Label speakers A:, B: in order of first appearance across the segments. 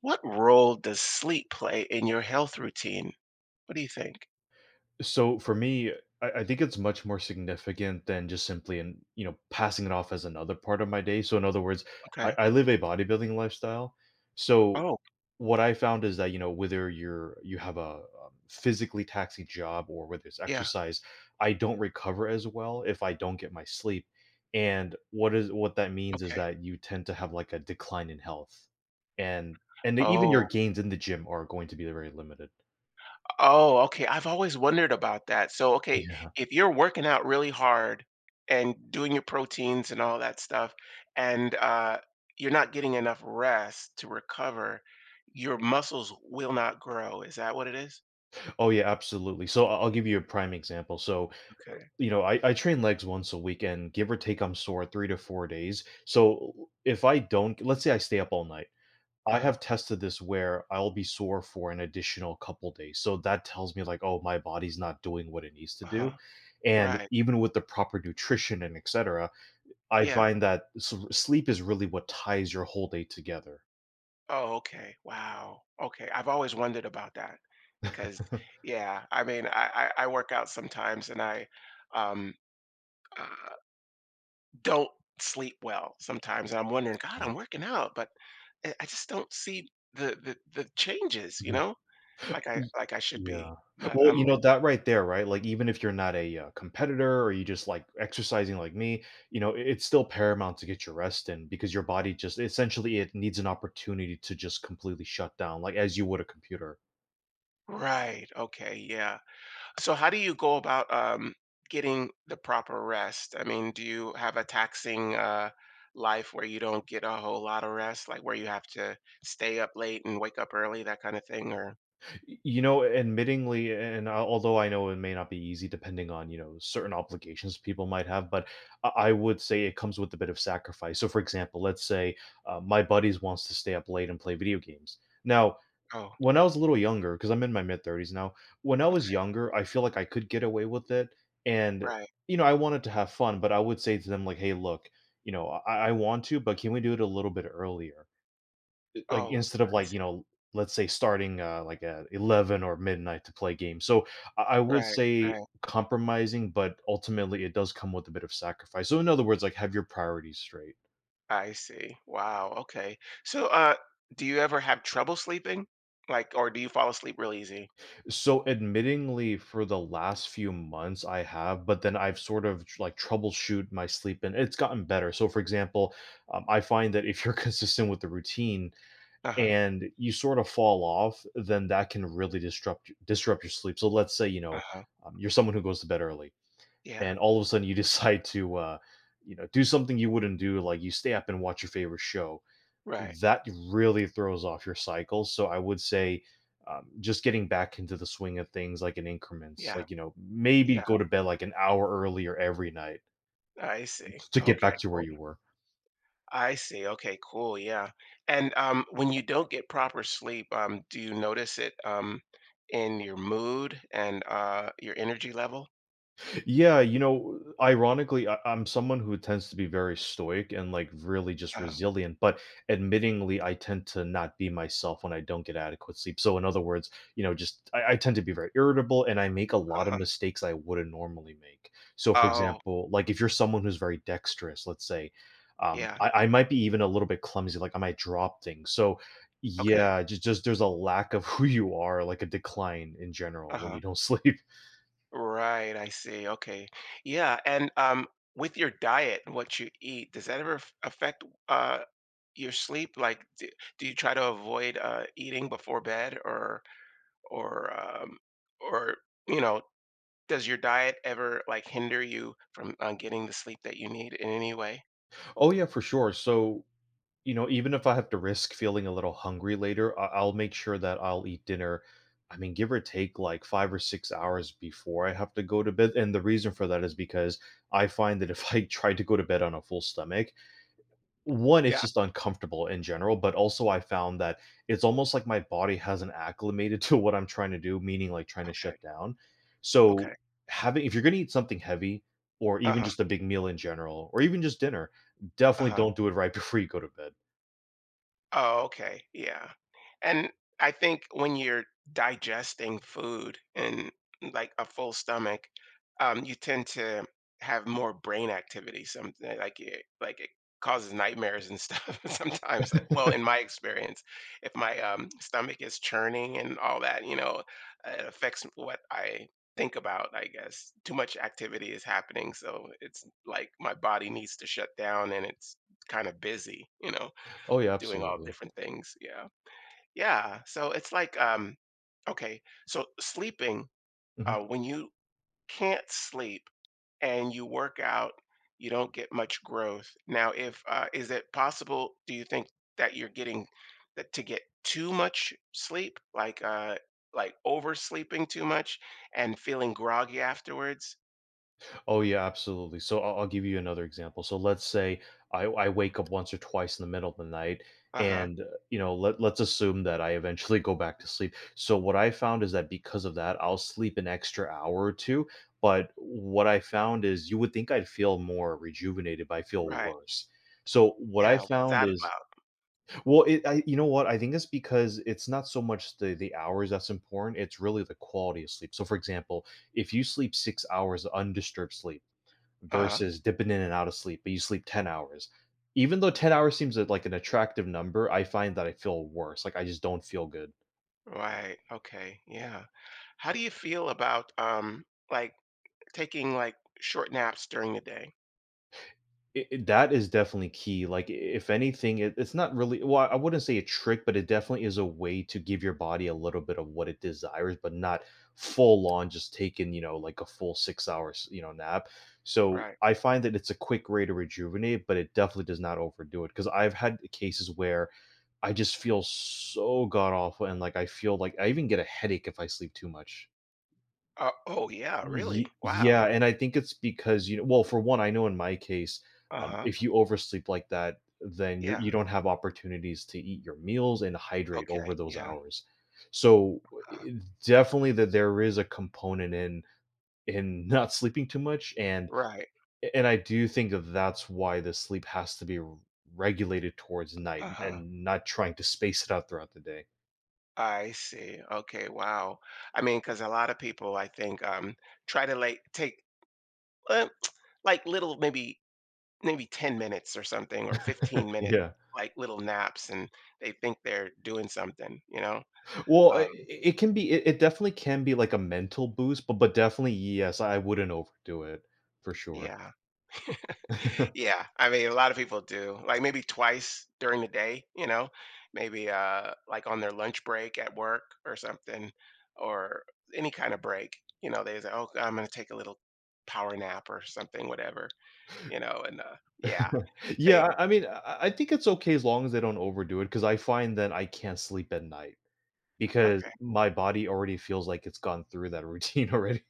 A: What role does sleep play in your health routine? What do you think?
B: So for me, I think it's much more significant than just simply and you know passing it off as another part of my day. So in other words, I,
A: Okay.
B: I live a bodybuilding lifestyle. So
A: Oh,
B: what I found is that you know whether you have a physically taxing job or whether it's
A: yeah.
B: exercise, I don't recover as well if I don't get my sleep. And what that means is
A: Okay.
B: that you tend to have like a decline in health, and and even your
A: Oh,
B: gains in the gym are going to be very limited.
A: oh, okay. I've always wondered about that. So, okay,
B: Yeah.
A: if you're working out really hard and doing your proteins and all that stuff, and you're not getting enough rest to recover, your muscles will not grow. Is that what it is?
B: Oh yeah, absolutely. So I'll give you a prime example. So
A: Okay.
B: you know, I train legs once a week, and give or take, I'm sore 3 to 4 days. So if I don't, let's say I stay up all night, I
A: Uh-huh.
B: have tested this where I'll be sore for an additional couple days. So that tells me like, oh, my body's not doing what it needs to do.
A: Uh-huh.
B: And
A: Right.
B: even with the proper nutrition and etc., I
A: Yeah.
B: find that sleep is really what ties your whole day together.
A: Oh, okay. Wow. Okay. I've always wondered about that because, yeah, I mean, I work out sometimes and I um, uh, don't sleep well sometimes. And I'm wondering, God, I'm working out, but I just don't see the changes, you
B: Mhm.
A: know, like I,
B: Y
A: like I should be.
B: Yeah.
A: But
B: Well,
A: I'm
B: you know, that right there, right? Like, even if you're not a, competitor or you just like exercising like me, you know, it's still paramount to get your rest in because your body just essentially, it needs an opportunity to just completely shut down, like, as you would a computer.
A: like, right. Okay. Yeah. So how do you go about getting the proper rest? I mean, do you have a taxing life where you don't get a whole lot of rest, like where you have to stay up late and wake up early, that kind of thing? Or
B: Y You know, admittingly, and al although I know it may not be easy depending on, you know, certain obligations people might have, but I would say it comes with a bit of sacrifice. So, for example, let's say, my buddies wants to stay up late and play video games. Now,
A: oh,
B: When I was a little younger, because 'cause I'm in my mid-30s now, when I was
A: okay,
B: younger, I feel like I could get away with it, and,
A: right.
B: you know, I wanted to have fun, but I would say to them, like, "Hey, look, you know, I want to, but can we do it a little bit earlier?" I Like,
A: Oh,
B: instead of,
A: I
B: like, you
A: see.
B: know, let's say starting, like, at 11 or midnight to play games. So, I would
A: Right,
B: say
A: right.
B: compromising, but ultimately it does come with a bit of sacrifice. So in other words, like, have your priorities straight.
A: I see. Wow. Okay. So, do you ever have trouble sleeping? Like, or do you fall asleep real easy?
B: So, admittingly, for the last few months, I have, but then I've sort of like troubleshoot my sleep, and it's gotten better. So, for example, I find that if you're consistent with the routine
A: Uh huh.
B: and you sort of fall off, then that can really disrupt your sleep. So, let's say you
A: Uh
B: know
A: huh.
B: you're someone who goes to bed early,
A: Yeah.
B: and all of a sudden you decide to, you know, do something you wouldn't do, like you stay up and watch your favorite show
A: Right.
B: that really throws off your cycle, so I would say, just getting back into the swing of things, like, in increments,
A: Yeah.
B: like, you know,
A: Yeah.
B: maybe go to bed, like, an hour earlier every night
A: I see.
B: to get
A: Okay.
B: back to where
A: Cool.
B: you were.
A: I see. Okay, cool. Yeah. And when you don't get proper sleep, do you notice it in your mood and your energy level?
B: Yeah, you know, ironically, I'm someone who tends to be very stoic and like really just
A: Uh,
B: resilient, but admittingly, I tend to not be myself when I don't get adequate sleep. So, in other words, you know, just I tend to be very irritable and I make a lot of
A: uh-huh.
B: mistakes I wouldn't normally make. So, for
A: Oh,
B: example, like if you're someone who's very dexterous, let's say, um,
A: yeah.
B: I, I might be even a little bit clumsy, like I might drop things. So,
A: Okay.
B: yeah, just there's a lack of who you are, like a decline in general when
A: Uh-huh.
B: you don't sleep.
A: Right. I see. Okay. Yeah. And with your diet and what you eat, does that ever f- affect your sleep? Like, do, do you try to avoid eating before bed, or or um, or you know, does your diet ever, like, hinder you from, getting the sleep that you need in any way?
B: Oh yeah, for sure. So you know, even if I have to risk feeling a little hungry later, I'll make sure that I'll eat dinner. I mean, give or take like 5 or 6 hours before I have to go to bed. And the reason for that is because I find that if I try to go to bed on a full stomach, one, it's
A: Yeah,
B: just uncomfortable in general. But also, I found that it's almost like my body hasn't acclimated to what I'm trying to do, meaning like trying to
A: okay,
B: shut down.
A: okay.
B: So, having, if you're going to eat something heavy or even
A: Uh-huh,
B: just a big meal in general, or even just dinner, definitely
A: uh-huh.
B: don't do it right before you go to bed.
A: Oh, okay. Yeah. And I think when you're digesting food and like a full stomach, you tend to have more brain activity. Something like it causes nightmares and stuff sometimes. Like, well, in my experience, if my stomach is churning and all that, you know, it affects what I think about. I guess too much activity is happening, so it's like my body needs to shut down and it's kind of busy, you know,
B: Oh yeah,
A: doing all
B: absolutely.
A: different things. Yeah. Yeah. So it's like, okay. So sleeping,
B: Mhm.
A: when you can't sleep and you work out, you don't get much growth. Now, if is it possible? Do you think that you're getting that to get too much sleep, like oversleeping too much and feeling groggy afterwards?
B: Oh yeah, absolutely. So I'll give you another example. So let's say I wake up once or twice in the middle of the night,
A: Uh huh.
B: and you know let's assume that I eventually go back to sleep. So what I found is that because of that, I'll sleep an extra hour or two. But what I found is you would think I'd feel more rejuvenated, but I feel
A: Right.
B: worse. So what I
A: Yeah. What's
B: found
A: that
B: is
A: about?
B: Well, it I you know what? I think it's because it's not so much the hours that's important, it's really the quality of sleep. So, for example, if you sleep 6 hours of undisturbed sleep
A: Uh huh.
B: versus dipping in and out of sleep, but you sleep 10 hours, even though 10 hours seems, like, an attractive number, I find that I feel worse, like, I just don't feel good.
A: Right. Okay. Yeah. How do you feel about like taking, like, short naps during the day,
B: It that is definitely key, like, I if anything, it's not really well, I wouldn't say a trick, but it definitely is a way to give your body a little bit of what it desires, but not full on just taking, you know, like, a full 6 hours, you know, nap. So,
A: right.
B: I find that it's a quick way to rejuvenate, but it definitely does not overdo it. Because 'Cause I've had cases where I just feel so god awful, and, like, I feel like I even get a headache if I sleep too much.
A: Oh, yeah, really?
B: Ye
A: Wow.
B: Yeah, and I think it's because, you know well, for one, I know in my case,
A: Uh-huh.
B: if you oversleep like that, then
A: Yeah,
B: you do not have opportunities to eat your meals and hydrate
A: okay,
B: over those
A: yeah,
B: hours. So,
A: uh
B: I definitely that there is a component in not sleeping too much,
A: right,
B: and I do think that that's why the sleep has to be r regulated towards night
A: uh-huh.
B: and not trying to space it out throughout the day.
A: I see, okay, wow. I mean, because a lot of people, I think, try to, like, take, uh, like, little maybe 10 minutes or something or 15-minute-minute,
B: Yeah.
A: like, little naps, and they think they're doing something, you know?
B: Well, it
A: Um,
B: it can be it definitely can be like a mental boost, but definitely, yes, I wouldn't overdo it for sure.
A: yeah. Yeah, I mean, a lot of people do. Like maybe twice during the day, you know, maybe like on their lunch break at work or something, or any kind of break. You know, they say, "Oh, I'm gonna take a little power nap or something, whatever." You know, and yeah, they
B: Yeah, I mean, I think it's okay as long as they don't overdo it, because I find that I can't sleep at night because
A: okay,
B: my body already feels like it's gone through that routine already.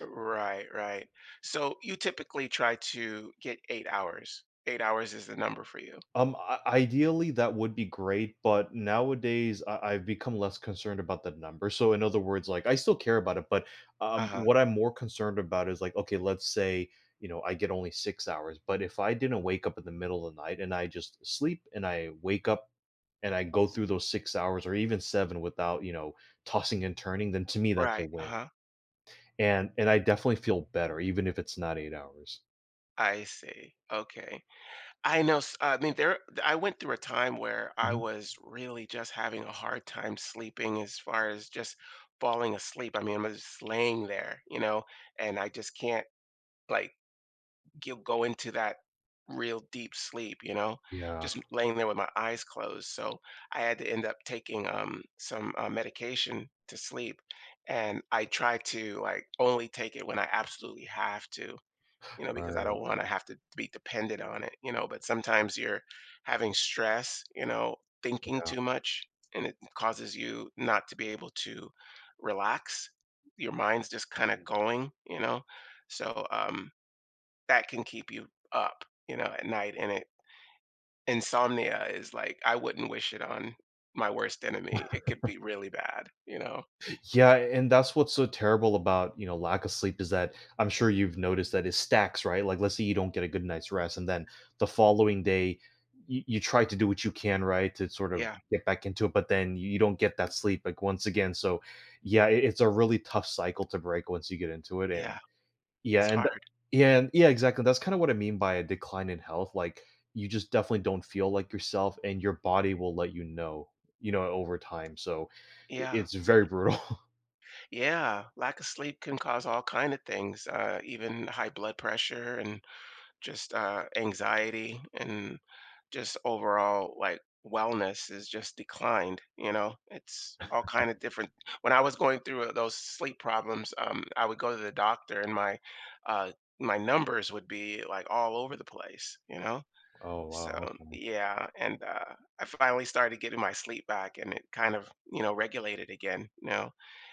A: right, right. So you typically try to get 8 hours. 8 hours is the number for you.
B: I Ideally, that would be great, but nowadays I've become less concerned about the number. So, in other words, like I still care about it, but
A: Uh huh.
B: what I'm more concerned about is like, okay, let's say you know I get only 6 hours, but if I didn't wake up in the middle of the night and I just sleep and I wake up and I go through those 6 hours or even seven without you know tossing and turning, then to me that's a
A: Right. Uh
B: win.
A: huh.
B: And I definitely feel better, even if it's not 8 hours.
A: I see. Okay. I know s I mean, there I went through a time where I
B: Mhm.
A: was really just having a hard time sleeping as far as just falling asleep. I mean, I'm just laying there, you know, and I just can't, like, g go into that real deep sleep, you know,
B: Yeah.
A: just laying there with my eyes closed, so I had to end up taking, some, medication to sleep, and I try to, like, only take it when I absolutely have to, you know, because I don't
B: Right.
A: want to have to be dependent on it, you know. But sometimes you're having stress, you know, thinking
B: Yeah.
A: too much, and it causes you not to be able to relax. Your mind's just kind of going, you know. So that can keep you up, you know, at night. And it, insomnia is like, I wouldn't wish it on my worst enemy. It could be really bad, you know.
B: Yeah, and that's what's so terrible about, you know, lack of sleep is that I'm sure you've noticed that it stacks, right? Like, let's say you don't get a good night's rest, and then the following day, you try to do what you can, right, to sort of
A: Yeah,
B: get back into it, but then you don't get that sleep, like, once again. So, yeah, it's a really tough cycle to break once you get into it. And
A: yeah,
B: yeah,
A: it's hard.
B: yeah, and yeah, exactly. That's kind of what I mean by a decline in health. Like, you just definitely don't feel like yourself, and your body will let you know, over time. So,
A: Yeah.
B: it's very brutal.
A: Yeah, lack of sleep can cause all kind of things, even high blood pressure and just anxiety and just overall like wellness is just declined. You know, it's all kind of different. When I was going through those sleep problems, I would go to the doctor and uh, my numbers would be like all over the place. You know,
B: Oh
A: so,
B: wow, okay.
A: yeah, and, I finally started getting my sleep back and it kind of, you know, regulated again, you know?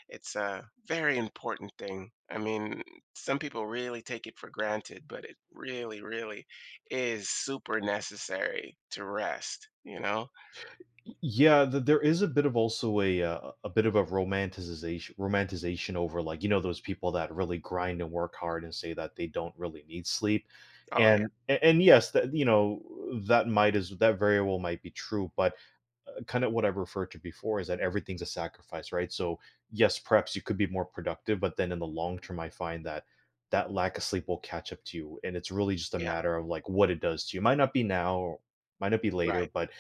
A: It's a very important thing. I mean, some people really take it for granted, but it really, really is super necessary to rest, you know?
B: Yeah, there is a bit of also a bit of a romanticization over like you know those people that really grind and work hard and say that they don't really need sleep,
A: Oh, yeah.
B: and yes, that you know that might is that very well might be true, but kind of what I referred to before is that everything's a sacrifice, right? So yes, perhaps you could be more productive, but then in the long term, I find that that lack of sleep will catch up to you, and it's really just a
A: Yeah,
B: matter of like what it does to you. Might not be now, or might not be later,
A: right.
B: but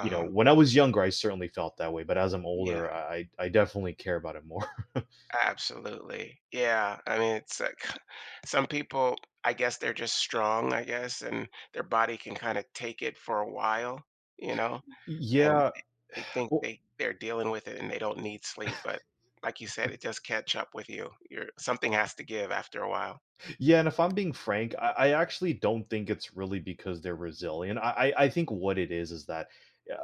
B: you know, when I was younger, I certainly felt that way, but as I'm
A: Yeah,
B: older, I definitely care about it more.
A: absolutely. Yeah, I mean, it's like some people, I guess they're just strong, I guess, and their body can kind of take it for a while, you know? And
B: Yeah.
A: th they think
B: Well,
A: they they're dealing with it and they don't need sleep, but like you said, it just catch up with you. You're something has to give after a while.
B: yeah, and if I'm being frank, I actually don't think it's really because they're resilient. I think what it is that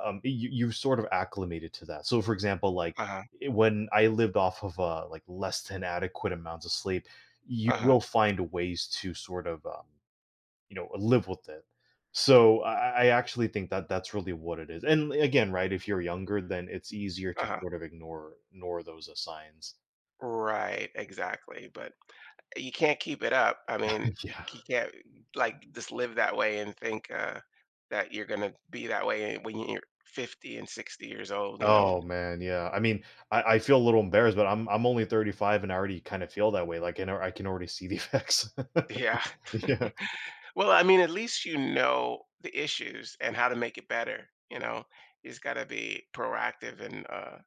B: you've sort of acclimated to that. So, for example, like
A: Uh-huh,
B: when I lived off of like less than adequate amounts of sleep, you
A: uh-huh,
B: will find ways to sort of you know live with it so I actually think that that's really what it is and again right if you're younger then it's easier to
A: uh-huh.
B: sort of ignore those signs
A: Right, exactly, but you can't keep it up. I mean, y
B: yeah
A: you can't, like, just live that way and think, that you're gonna be that way when you're 50 and 60 years old, you know?
B: oh man yeah I feel a little embarrassed but I'm only 35 and I already kind of feel that way like I know I can already see the effects
A: Yeah.
B: yeah
A: Well, I mean, at least you know the issues and how to make it better, you know? You just gotta be proactive and,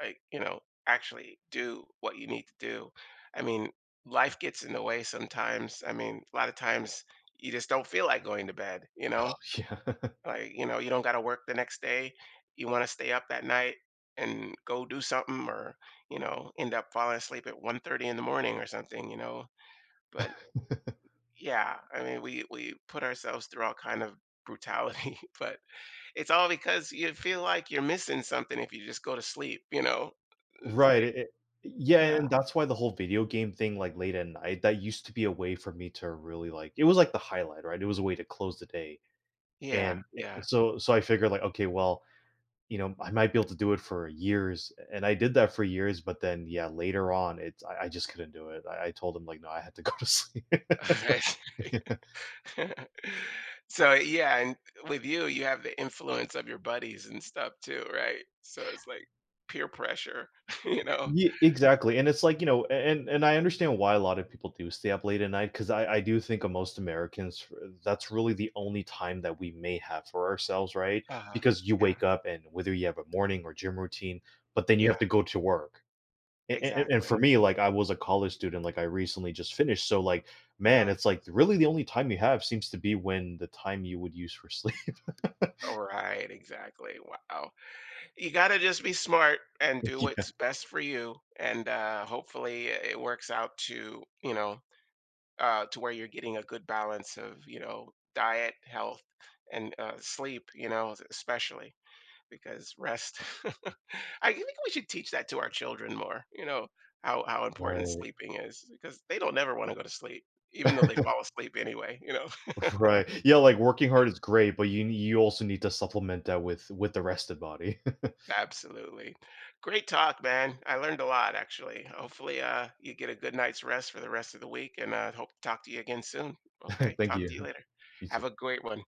A: like, you know, actually do what you need to do. I mean, life gets in the way sometimes. I mean, a lot of times you just don't feel like going to bed, you know?
B: yeah
A: Like, you know, you don't got to work the next day. You want to stay up that night and go do something or, you know, end up falling asleep at 1:30 in the morning or something, you know? But yeah, I mean, we put ourselves through all kind of brutality, but it's all because you feel like you're missing something if you just go to sleep, you know? It's
B: right
A: like
B: yeah
A: yeah.
B: and that's why the whole video game thing like late at night that used to be a way for me to really like it was like the highlight right it was a way to close the day
A: Yeah,
B: and I
A: yeah.
B: so so I figured like, okay, well, you know, I might be able to do it for years, and I did that for years, but then, yeah, later on, it's I just couldn't do it. I told him like, "No, I had to go to sleep." Yeah.
A: So, yeah, and with you, you have the influence of your buddies and stuff too, right? So it's like peer pressure, you know?
B: Ye Exactly, and it's like, you know, and I understand why a lot of people do stay up late at night 'cause I do think of most Americans for that's really the only time that we may have for ourselves, right?
A: Uh-huh.
B: Because you
A: Yeah,
B: wake up and whether you have a morning or gym routine, but then you
A: yeah,
B: have to go to work. And for
A: exactly.
B: me, like, I was a college student, like, I recently just finished, so, like, man,
A: Uh-huh.
B: it's, like, really the only time you have seems to be when the time you would use for sleep.
A: All right, exactly. Wow. You gotta just be smart and do
B: Yeah,
A: what's best for you, and, hopefully it works out to, you know, to where you're getting a good balance of, you know, diet, health, and, sleep, you know, especially. Because rest. I think we should teach that to our children more. You know how important
B: right,
A: sleeping is because they don't never want to go to sleep, even though they fall asleep anyway. You know,
B: right. Yeah, like, working hard is great, but you also need to supplement that with the rested body.
A: absolutely. Great talk, man. I learned a lot actually. Hopefully, you get a good night's rest for the rest of the week, and hope to talk to you again soon. Okay,
B: Thank
A: talk to you
B: you.
A: later.
B: You
A: Have
B: too.
A: a great one.